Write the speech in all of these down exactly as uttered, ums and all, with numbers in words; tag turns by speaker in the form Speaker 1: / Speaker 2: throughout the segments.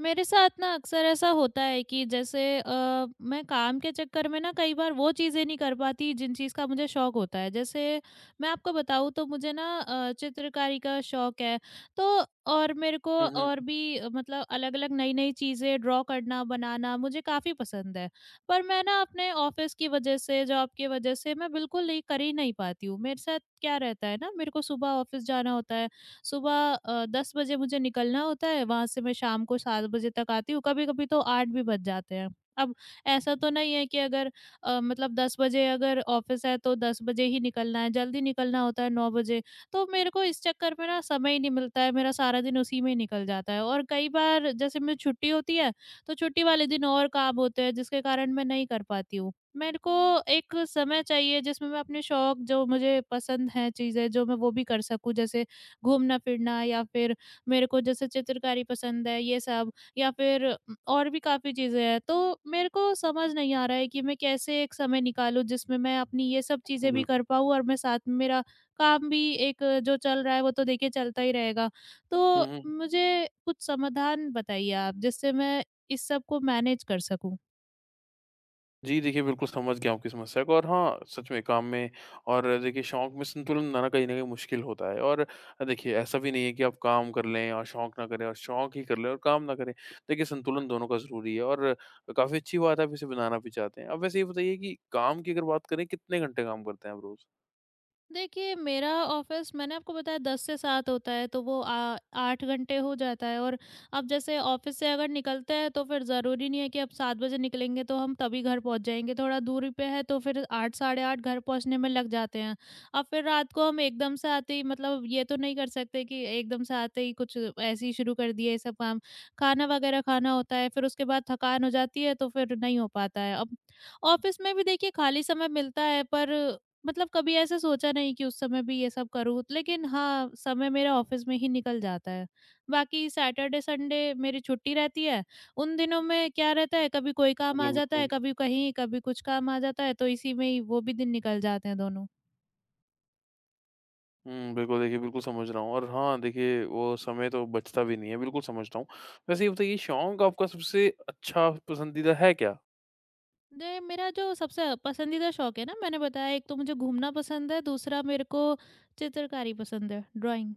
Speaker 1: मेरे साथ ना अक्सर ऐसा होता है कि जैसे अ, मैं काम के चक्कर में ना कई बार वो चीज़ें नहीं कर पाती जिन चीज़ का मुझे शौक होता है। जैसे मैं आपको बताऊँ तो मुझे ना अ, चित्रकारी का शौक है तो और मेरे को
Speaker 2: हुँ, हुँ।
Speaker 1: और भी अ, मतलब अलग-अलग नई-नई चीज़ें ड्रॉ करना, बनाना मुझे काफ़ी पसंद है। पर मैं ना अपने ऑफ़िस की वज़ह से, जॉब की वज़ह से मैं बिल्कुल ये कर ही नहीं पाती हूँ। मेरे साथ क्या रहता है ना मेरे को सुबह ऑफ़िस जाना होता है। सुबह अ, दस बजे मुझे निकलना होता है, वहाँ से मैं शाम को सात बजे तक आती हूँ, कभी-कभी तो आठ भी बज जाते हैं। अब ऐसा तो नहीं है कि अगर अ, मतलब दस बजे अगर ऑफ़िस है तो दस बजे ही निकलना है, जल्दी निकलना होता है नौ बजे, तो मेरे को इस चक्कर में ना समय ही नहीं मिलता है, मेरा सारा दिन उसी में ही निकल जाता है। और कई बार जैसे मेरी छुट्टी होती है, तो छुट्टी वाले दिन और काम होते हैं जिसके कारण मैं नहीं कर पाती हूँ। मेरे को एक समय चाहिए जिसमें मैं अपने शौक जो मुझे पसंद हैं चीज़ें जो मैं वो भी कर सकूँ, जैसे घूमना-फिरना या फिर मेरे को जैसे चित्रकारी पसंद है, ये सब या फिर उम, और भी काफ़ी चीज़ें हैं। तो मेरे को समझ नहीं आ रहा है कि मैं कैसे एक समय निकालूँ जिसमें मैं अपनी ये सब चीज़ें
Speaker 2: बिल
Speaker 1: भी कर पाऊँ और मैं साथ में मेरा काम भी, एक जो चल रहा है वो तो देखिए चलता ही रहेगा।
Speaker 2: हुँ,
Speaker 1: तो
Speaker 2: हुँ।
Speaker 1: मुझे कुछ समाधान बताइए आप जिससे मैं इस सब को मैनेज कर सकूँ।
Speaker 2: जी, देखिए बिल्कुल समझ गया आपकी समस्या को। और हाँ, सच में काम में और देखिए शौक में संतुलन बनाना कहीं न कहीं मुश्किल होता है। और देखिए ऐसा भी नहीं है कि आप काम कर लें और शौक ना करें और शौक ही कर लें और काम ना करें। देखिए संतुलन दोनों का ज़रूरी है और काफ़ी अच्छी बात है आप इसे बनाना भी चाहते हैं। अब वैसे ये बताइए कि काम की अगर बात करें कितने घंटे काम करते हैं आप रोज़?
Speaker 1: देखिए मेरा ऑफिस मैंने आपको बताया दस से सात होता है, तो वो आ, आठ घंटे हो जाता है। और अब जैसे ऑफिस से अगर निकलते हैं तो फिर ज़रूरी नहीं है कि अब सात बजे निकलेंगे तो हम तभी घर पहुंच जाएंगे, थोड़ा दूरी पे है तो फिर आठ साढ़े आठ घर पहुंचने में लग जाते हैं। अब फिर रात को हम एकदम से आते ही, मतलब ये तो नहीं कर सकते कि एकदम से आते ही कुछ ऐसे ही शुरू कर दिए ये सब काम। खाना वगैरह खाना होता है, फिर उसके बाद थकान हो जाती है तो फिर नहीं हो पाता है। अब ऑफिस में भी देखिए खाली समय मिलता है पर मतलब कभी ऐसा सोचा नहीं कि उस समय भी ये सब करूँ, लेकिन हाँ, समय मेरा ऑफ़िस में ही निकल जाता है। बाकी सैटरडे, संडे मेरी छुट्टी रहती है, उन दिनों में क्या रहता है कभी कोई काम आ जाता है,
Speaker 2: बिल्कुल।
Speaker 1: कभी कहीं, कभी कुछ काम आ जाता है, तो इसी में ही वो भी दिन निकल जाते हैं दोनों।
Speaker 2: हुँ, बिल्कुल देखिए बिल्कुल समझ रहा हूँ। और हाँ, देखिए वो समय तो बचता भी नहीं है, बिल्कुल समझता हूँ। वैसे ये बताइए शौक आपका सबसे अच्छा पसंदीदा है क्या?
Speaker 1: दे मेरा जो सबसे पसंदीदा शौक है ना मैंने बताया, एक तो मुझे घूमना पसंद है, दूसरा मेरे को चित्रकारी पसंद है, ड्राइंग।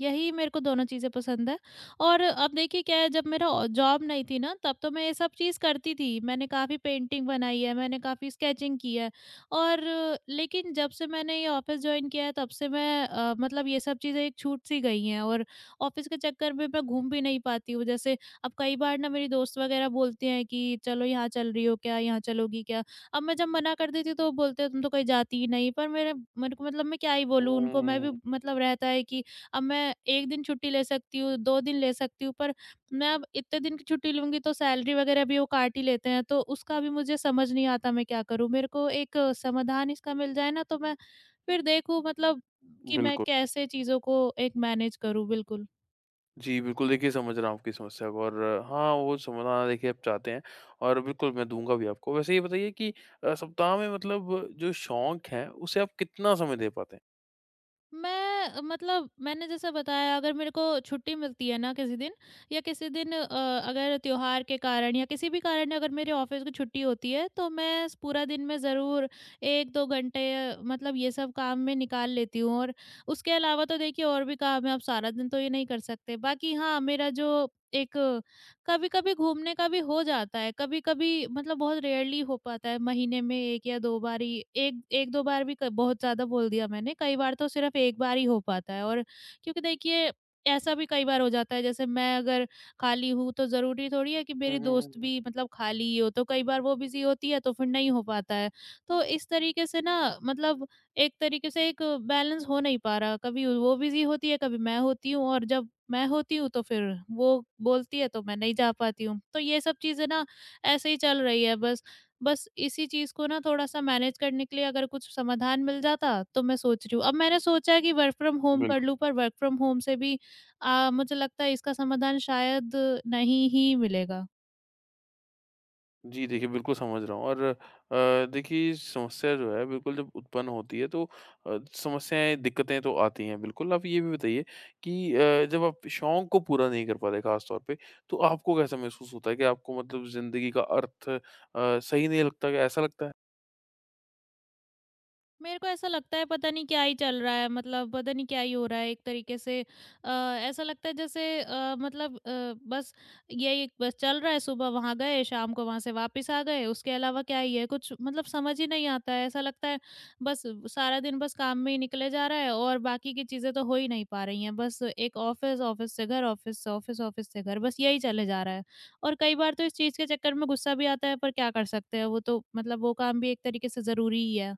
Speaker 1: यही मेरे को दोनों चीज़ें पसंद है। और अब देखिए क्या है, जब मेरा और जॉब नहीं थी ना तब तो मैं ये सब चीज़ करती थी, मैंने काफ़ी पेंटिंग बनाई है, मैंने काफ़ी स्केचिंग की है। और लेकिन जब से मैंने ये ऑफिस ज्वाइन किया है तब से मैं अ, मतलब ये सब चीज़ें एक छूट सी गई हैं। और ऑफिस के चक्कर में मैं घूम भी नहीं पाती हूँ। जैसे अब कई बार ना मेरी दोस्त वगैरह बोलती हैं कि चलो यहाँ चल रही हो क्या, यहाँ चलोगी क्या? अब मैं जब मना कर देती हूँ तो वो बोलते हैं तुम तो कहीं जाती ही नहीं, पर मेरे मेरे को, मतलब मैं क्या ही बोलूँ उनको? मैं भी,
Speaker 2: हुँ,
Speaker 1: मतलब रहता है कि अब मैं एक दिन छुट्टी ले सकती हूँ, दो दिन ले सकती हूँ, पर मैं अब इतने दिन की छुट्टी लूँगी तो सैलरी वगैरह भी वो काट ही लेते हैं, तो उसका भी मुझे समझ नहीं आता मैं क्या करूँ? मेरे को एक समाधान इसका मिल जाए ना तो मैं फिर देखूँ, मतलब कि मैं
Speaker 2: बिल्कुल।
Speaker 1: कैसे चीज़ों को एक मैनेज करूँ? बिल्कुल।
Speaker 2: जी, बिल्कुल देखिए समझ रहा हूँ आपकी समस्या को। और अ, हाँ, वो समाधान देखिए आप चाहते हैं और बिल्कुल मैं दूँगा भी आपको। वैसे ये बताइए कि अ, सप्ताह में मतलब जो शौक है उसे आप कितना समय दे पाते हैं?
Speaker 1: मैं अ, मतलब मैंने जैसा बताया अगर मेरे को छुट्टी मिलती है ना किसी दिन, या किसी दिन अ, अगर त्योहार के कारण या किसी भी कारण अगर मेरे ऑफिस की छुट्टी होती है तो मैं इस पूरा दिन में ज़रूर एक दो घंटे अ, मतलब ये सब काम में निकाल लेती हूँ। और उसके अलावा तो देखिए और भी काम है, आप सारा दिन तो ये नहीं कर सकते। बाकी हाँ, मेरा जो एक कभी-कभी घूमने का भी हो जाता है, कभी-कभी मतलब बहुत रेयरली हो पाता है, महीने में एक या दो बार ही, एक 1-2 बार भी क बहुत ज़्यादा बोल दिया मैंने, कई बार तो सिर्फ़ एक बार ही हो पाता है। और क्योंकि देखिए, ऐसा भी कई बार हो जाता है, जैसे मैं अगर खाली हूँ, तो ज़रूरी थोड़ी है कि
Speaker 2: हुँ,
Speaker 1: मेरी
Speaker 2: हुँ, हुँ,
Speaker 1: दोस्त
Speaker 2: हुँ।
Speaker 1: भी मतलब खाली ही हो, तो कई बार वो बिज़ी होती है, तो फिर नहीं हो पाता है। तो इस तरीके से ना मतलब एक तरीके से एक बैलेंस हो नहीं पा रहा, कभी वो बिज़ी होती है, कभी मैं होती हूँ और जब मैं होती हूँ, तो फिर वो बोलती है तो मैं नहीं जा पाती हूँ। तो ये सब चीज़ें ना ऐसे ही चल रही है बस। बस इसी चीज़ को ना थोड़ा-सा मैनेज करने के लिए अगर कुछ समाधान मिल जाता तो मैं सोच रही हूँ। अब मैंने सोचा कि वर्क फ्रॉम होम कर
Speaker 2: बिल्कुल।
Speaker 1: लूँ पर वर्क फ्रॉम होम से भी अ, मुझे लगता है इसका समाधान शायद नहीं ही मिलेगा।
Speaker 2: जी, देखिए बिल्कुल समझ रहा हूँ। और अ, देखिए समस्या जो है बिल्कुल जब उत्पन्न होती है तो अ, समस्याएँ, दिक्कतें तो आती हैं बिल्कुल। आप ये भी बताइए कि अ, जब आप शौक को पूरा नहीं कर पाते ख़ास तौर पे, तो आपको कैसा महसूस होता है कि आपको मतलब ज़िंदगी का अर्थ अ, सही नहीं लगता, क्या ऐसा लगता है?
Speaker 1: मेरे को ऐसा लगता है पता नहीं क्या ही चल रहा है, मतलब पता नहीं क्या ही हो रहा है एक तरीके से। अ, ऐसा लगता है जैसे अ, मतलब अ, बस यही बस चल रहा है, सुबह वहाँ गए शाम को वहाँ से वापस आ गए, उसके अलावा क्या ही है कुछ, मतलब समझ ही नहीं आता है, ऐसा लगता है बस सारा दिन बस काम में ही निकले जा रहा है और बाकी की चीज़ें तो हो ही नहीं पा रही हैं, बस एक ऑफिस, ऑफिस से घर, ऑफिस से ऑफिस, ऑफिस से घर, बस यही चले जा रहा है। और कई बार तो इस चीज़ के चक्कर में गुस्सा भी आता है, पर क्या कर सकते हैं, वो तो मतलब वो काम भी एक तरीके से ज़रूरी ही है।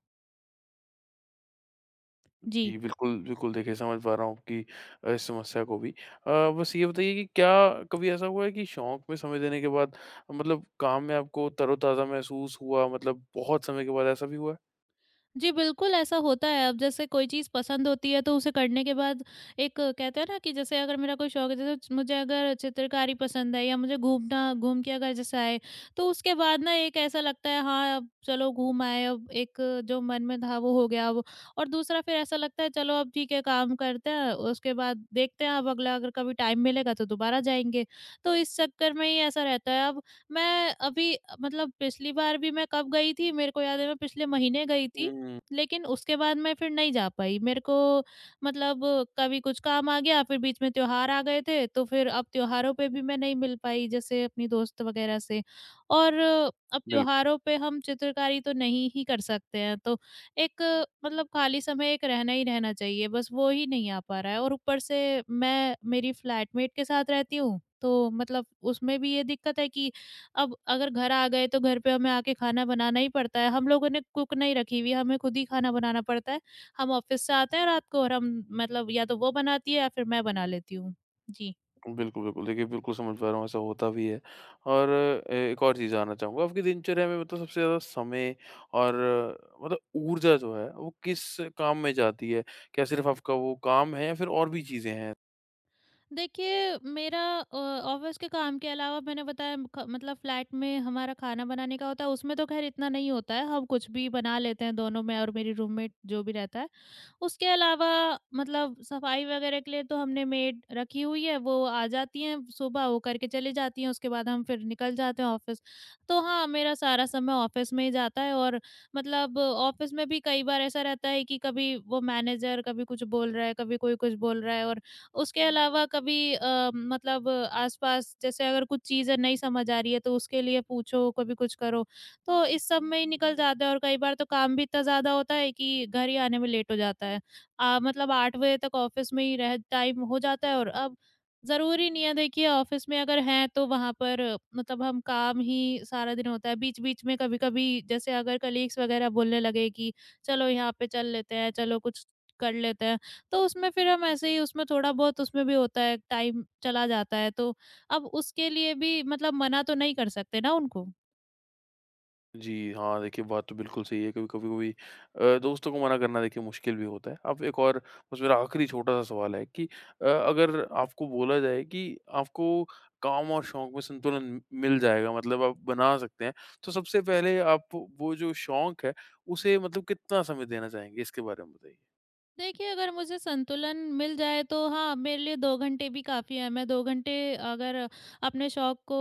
Speaker 1: जी।
Speaker 2: जी, बिल्कुल, बिल्कुल देखिए समझ पा रहा हूँ आपकी अ, इस समस्या को भी। अ, बस ये बताइए कि क्या कभी ऐसा हुआ है कि शौक में समय देने के बाद मतलब काम में आपको तरोताज़ा महसूस हुआ मतलब बहुत समय के बाद ऐसा भी हुआ है?
Speaker 1: जी, बिल्कुल ऐसा होता है। अब जैसे कोई चीज़ पसंद होती है तो उसे करने के बाद एक अ, कहते हैं ना कि जैसे अगर मेरा कोई शौक है, जैसे च- मुझे अगर चित्रकारी पसंद है या मुझे घूमना, घूम के अगर जैसे आए, तो उसके बाद ना एक ऐसा लगता है हाँ, अब चलो घूम आए, अब एक अ, जो मन में था वो हो गया अब। और दूसरा फिर ऐसा लगता है चलो अब ठीक है, काम करते हैं, उसके बाद देखते हैं, अब अगला अगर कभी टाइम मिलेगा तो दोबारा जाएँगे। तो इस चक्कर में ही ऐसा रहता है। अब मैं अभी, मतलब पिछली बार भी मैं कब गई थी, मेरे को याद है मैं पिछले महीने गई थी।
Speaker 2: हुँ,
Speaker 1: लेकिन उसके बाद मैं फिर नहीं जा पाई। मेरे को मतलब कभी कुछ काम आ गया, फिर बीच में त्योहार आ गए थे, तो फिर अब त्योहारों पे भी मैं नहीं मिल पाई जैसे अपनी दोस्त वगैरह से। और अब
Speaker 2: बिल्कुल,
Speaker 1: त्योहारों पे हम चित्रकारी तो नहीं ही कर सकते हैं, तो एक, मतलब खाली समय एक रहना ही रहना चाहिए, बस वो ही नहीं आ पा रहा है। और ऊपर से मैं मेरी फ्लैटमेट के साथ रहती हूँ, तो मतलब उसमें भी ये दिक्कत है कि अब अगर घर आ गए तो घर पे हमें आके खाना बनाना ही पड़ता है। हम लोगों ने कुक नहीं रखी हुई है, हमें खुद ही खाना बनाना पड़ता है। हम ऑफ़िस से आते हैं रात को और हम मतलब या तो वो बनाती है या फिर मैं बना लेती हूँ। जी।
Speaker 2: बिल्कुल, बिल्कुल। देखिए, बिल्कुल समझ पा रहा हूँ, ऐसा होता भी है। और अ, एक और चीज़ जानना चाहूँगा, आपकी दिनचर्या में मतलब सबसे ज़्यादा समय और अ, मतलब ऊर्जा जो है, वो किस काम में जाती है? क्या सिर्फ़ आपका वो काम है या फिर और भी चीज़ें हैं?
Speaker 1: देखिए मेरा अ, ऑफ़िस के काम के अलावा मैंने बताया म- ख मतलब फ्लैट में हमारा खाना बनाने का होता है, उसमें तो ख़ैर इतना नहीं होता है। हम कुछ भी बना लेते हैं दोनों, मैं और मेरी रूममेट जो भी रहता है। उसके अलावा मतलब सफाई वगैरह के लिए तो हमने मेड रखी हुई है, वो आ जाती हैं सुबह, वो करके चली जाती हैं, उसके बाद हम फिर निकल जाते हैं ऑफ़िस। तो हाँ, मेरा सारा समय ऑफ़िस में ही जाता है और मतलब ऑफ़िस में भी कई बार ऐसा रहता है कि कभी वो मैनेजर कभी कुछ बोल रहा है, कभी कोई कुछ बोल रहा है, और उसके अलावा कभी अ, मतलब आस-पास जैसे अगर कुछ चीज़ें नहीं समझ आ रही है, तो उसके लिए पूछो, कभी कुछ करो। तो इस सब में ही निकल जाता है, और कई बार तो काम भी इतना ज़्यादा होता है कि घर ही आने में लेट हो जाता है। अ, मतलब आठ बजे तक ऑफ़िस में ही रह टाइम हो जाता है। और अब ज़रूरी नहीं है देखिए ऑफ़िस में अगर हैं तो वहाँ पर मतलब हम काम ही सारा दिन होता है। बीच-बीच में कभी-कभी जैसे अगर कलीग्स वग़ैरह बोलने लगे कि चलो यहाँ पे चल लेते हैं, चलो कुछ कर लेते हैं, तो उसमें फिर हम ऐसे ही उसमें थोड़ा बहुत उसमें भी होता है, टाइम चला जाता है। तो अब उसके लिए भी मतलब मना तो नहीं कर सकते ना उनको।
Speaker 2: जी, हाँ, देखिए बात तो बिल्कुल सही है, कभी कभी-कभी अ, दोस्तों को मना करना देखिए मुश्किल भी होता है। अब एक और बस मेरा आखिरी छोटा-सा सवाल है कि अ, अगर आपको बोला जाए कि आपको काम और शौक में संतुलन मिल जाएगा मतलब आप बना सकते हैं, तो सबसे पहले आप वो जो शौक है, उसे मतलब कितना समय देना चाहेंगे? इसके बारे में बताइए।
Speaker 1: देखिए, अगर मुझे संतुलन मिल जाए तो हाँ, मेरे लिए दो घंटे भी काफ़ी है। मैं दो घंटे अगर अपने शौक को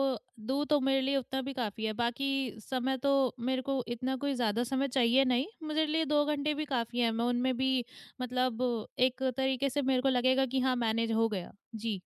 Speaker 1: दूँ तो मेरे लिए उतना भी काफ़ी है। बाकी समय तो मेरे को इतना कोई ज़्यादा समय चाहिए नहीं, मेरे लिए दो घंटे भी काफ़ी है। मैं उनमें भी मतलब एक तरीके से मेरे को लगेगा कि हाँ मैनेज हो गया। जी।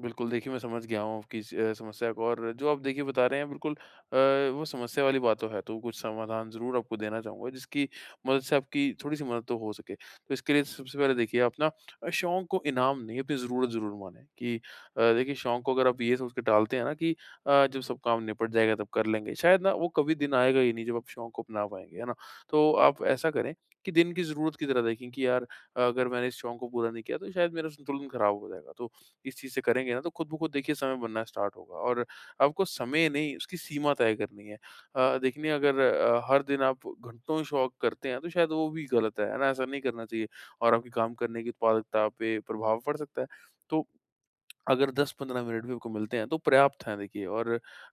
Speaker 2: बिल्कुल, देखिए मैं समझ गया हूँ आपकी इस अ, समस्या को। और जो आप देखिए बता रहे हैं बिल्कुल अ, वो समस्या वाली बात तो है, तो कुछ समाधान ज़रूर आपको देना चाहूँगा जिसकी मदद से आपकी थोड़ी-सी मदद तो हो सके। तो इसके लिए सबसे पहले देखिए आप ना अ, शौक को इनाम नहीं अपनी ज़रूरत ज़रूर मानें कि अ, देखिए शौक को अगर आप ये सोच के टालते हैं ना कि अ, जब सब काम निपट जाएगा तब कर लेंगे, शायद ना वो कभी दिन आएगा ही नहीं जब आप शौक को अपना पाएँगे, है ना? तो आप ऐसा करें कि दिन की ज़रूरत की तरह देखें कि यार अगर मैंने इस शौक को पूरा नहीं किया तो शायद मेरा संतुलन खराब हो जाएगा। तो इस चीज़ से करेंगे ना तो खुद ब खुद देखिए समय बनना स्टार्ट होगा और आपको समय नहीं उसकी सीमा तय करनी है। अ, देखिए अगर अ, हर दिन आप घंटों शौक करते हैं तो शायद वो भी गलत है, है ना? ऐसा नहीं करना चाहिए और आपके काम करने की उत्पादकता पे प्रभाव पड़ सकता है। तो अगर दस पंद्रह मिनट भी आपको मिलते हैं तो पर्याप्त हैं देखिए। और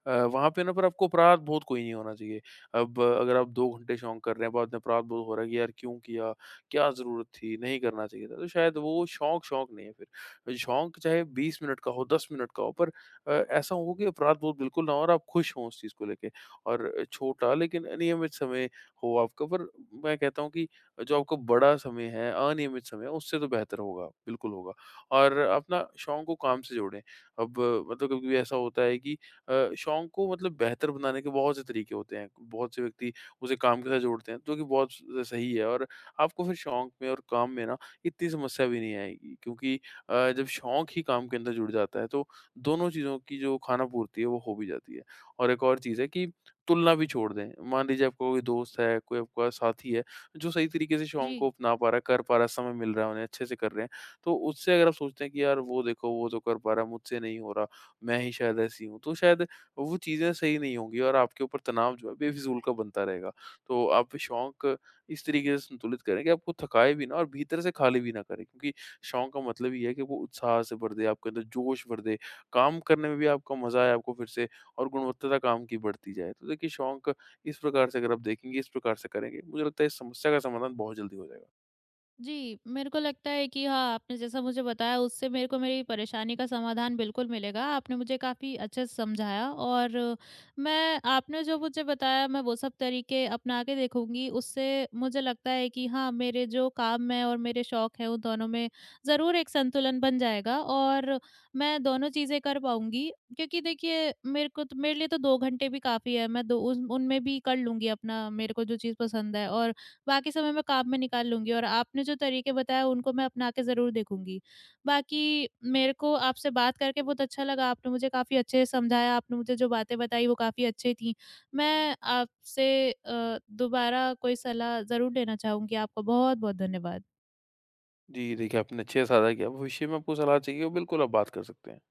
Speaker 2: अ, वहाँ पे ना पर आपको अपराध-बोध कोई नहीं होना चाहिए। अब अगर आप दो घंटे शौक कर रहे हैं, बाद में अपराध-बोध हो रहा है कि यार क्यों किया? क्या ज़रूरत थी? नहीं करना चाहिए था। तो शायद वो शौक, शौक नहीं है फिर। शौक चाहे बीस मिनट का हो, दस मिनट का हो, पर अ, ऐसा हो कि अपराध-बोध बिल्कुल ना हो और आप खुश हों उस चीज़ को लेके और छोटा लेकिन नियमित समय हो आपका, पर मैं कहता हूँ कि जो आपका बड़ा समय है, अनियमित समय है उससे तो बेहतर होगा, बिल्कुल होगा। और अपना शौक को काम से जोड़ें। अब मतलब कभी-कभी ऐसा होता है कि अ, शौक को मतलब बेहतर बनाने के बहुत से तरीके होते हैं। बहुत से व्यक्ति उसे काम के साथ जोड़ते हैं, जो कि बहुत स सही है और आपको फिर शौक में और काम में ना इतनी समस्या भी नहीं आएगी क्योंकि अ, जब शौक ही काम के अंदर जुड़ जाता है, तो दोनों चीज़ों की जो खाना-पूर्ति है, वो हो भी जाती है। और एक और चीज़ है कि तुलना भी छोड़ दें। मान लीजिए आपका कोई दोस्त है, कोई आपका साथी है, जो सही तरीके से शौक को
Speaker 1: जी।
Speaker 2: अपना पा रहा है, कर पा रहा है, समय मिल रहा है उन्हें, अच्छे से कर रहे हैं, तो उससे अगर आप सोचते हैं कि यार वो देखो वो तो कर पा रहा है, मुझसे नहीं हो रहा, मैं ही शायद ऐसी हूँ, तो शायद वो चीज़ें सही नहीं होंगी और आपके ऊपर तनाव जो है बेफिज़ूल का बनता रहेगा। तो आप शौक इस तरीके से संतुलित करें कि आपको थकाए भी ना और भीतर से खाली भी ना करे क्योंकि शौक का मतलब ये है कि वो उत्साह से भर दे, आपके अंदर जोश भर दे, काम करने में भी आपको मज़ा आए आपको फिर से और गुणवत्ता काम की बढ़ती जाए। तो देखिए शौक इस प्रकार से अगर आप देखेंगे, इस प्रकार से करेंगे, मुझे लगता है इस समस्या का समाधान बहुत जल्दी हो जाएगा।
Speaker 1: जी, मेरे को लगता है कि हाँ, आपने जैसा मुझे बताया उससे मेरे को मेरी परेशानी का समाधान बिल्कुल मिलेगा। आपने मुझे काफ़ी अच्छे से समझाया। और मैं आपने जो मुझे बताया मैं वो सब तरीके अपना के देखूँगी। उससे मुझे लगता है कि हाँ, मेरे जो काम है और मेरे शौक है, उन दोनों में ज़रूर एक संतुलन बन जाएगा और मैं दोनों चीज़ें कर पाऊँगी। क्योंकि देखिए मेरे को तो, मेरे लिए तो दो घंटे भी काफ़ी है। मैं दो उस उनमें भी कर लूँगी अपना, मेरे को जो चीज़ पसंद है, और बाकी समय मैं काम में निकाल लूँगी और आपने जो तरीके बताए उनको मैं अपना के ज़रूर देखूँगी। बाकी मेरे को आपसे बात करके बहुत अच्छा लगा, आपने मुझे काफ़ी अच्छे से समझाया, आपने मुझे जो बातें बताई वो काफ़ी अच्छी थीं। मैं आपसे अ, दोबारा कोई सलाह ज़रूर लेना चाहूँगी। आपका बहुत-बहुत धन्यवाद।
Speaker 2: जी, देखिए आपने अच्छे से साझा किया। भविष्य में आपको सलाह चाहिए हो, बिल्कुल आप बात कर सकते हैं।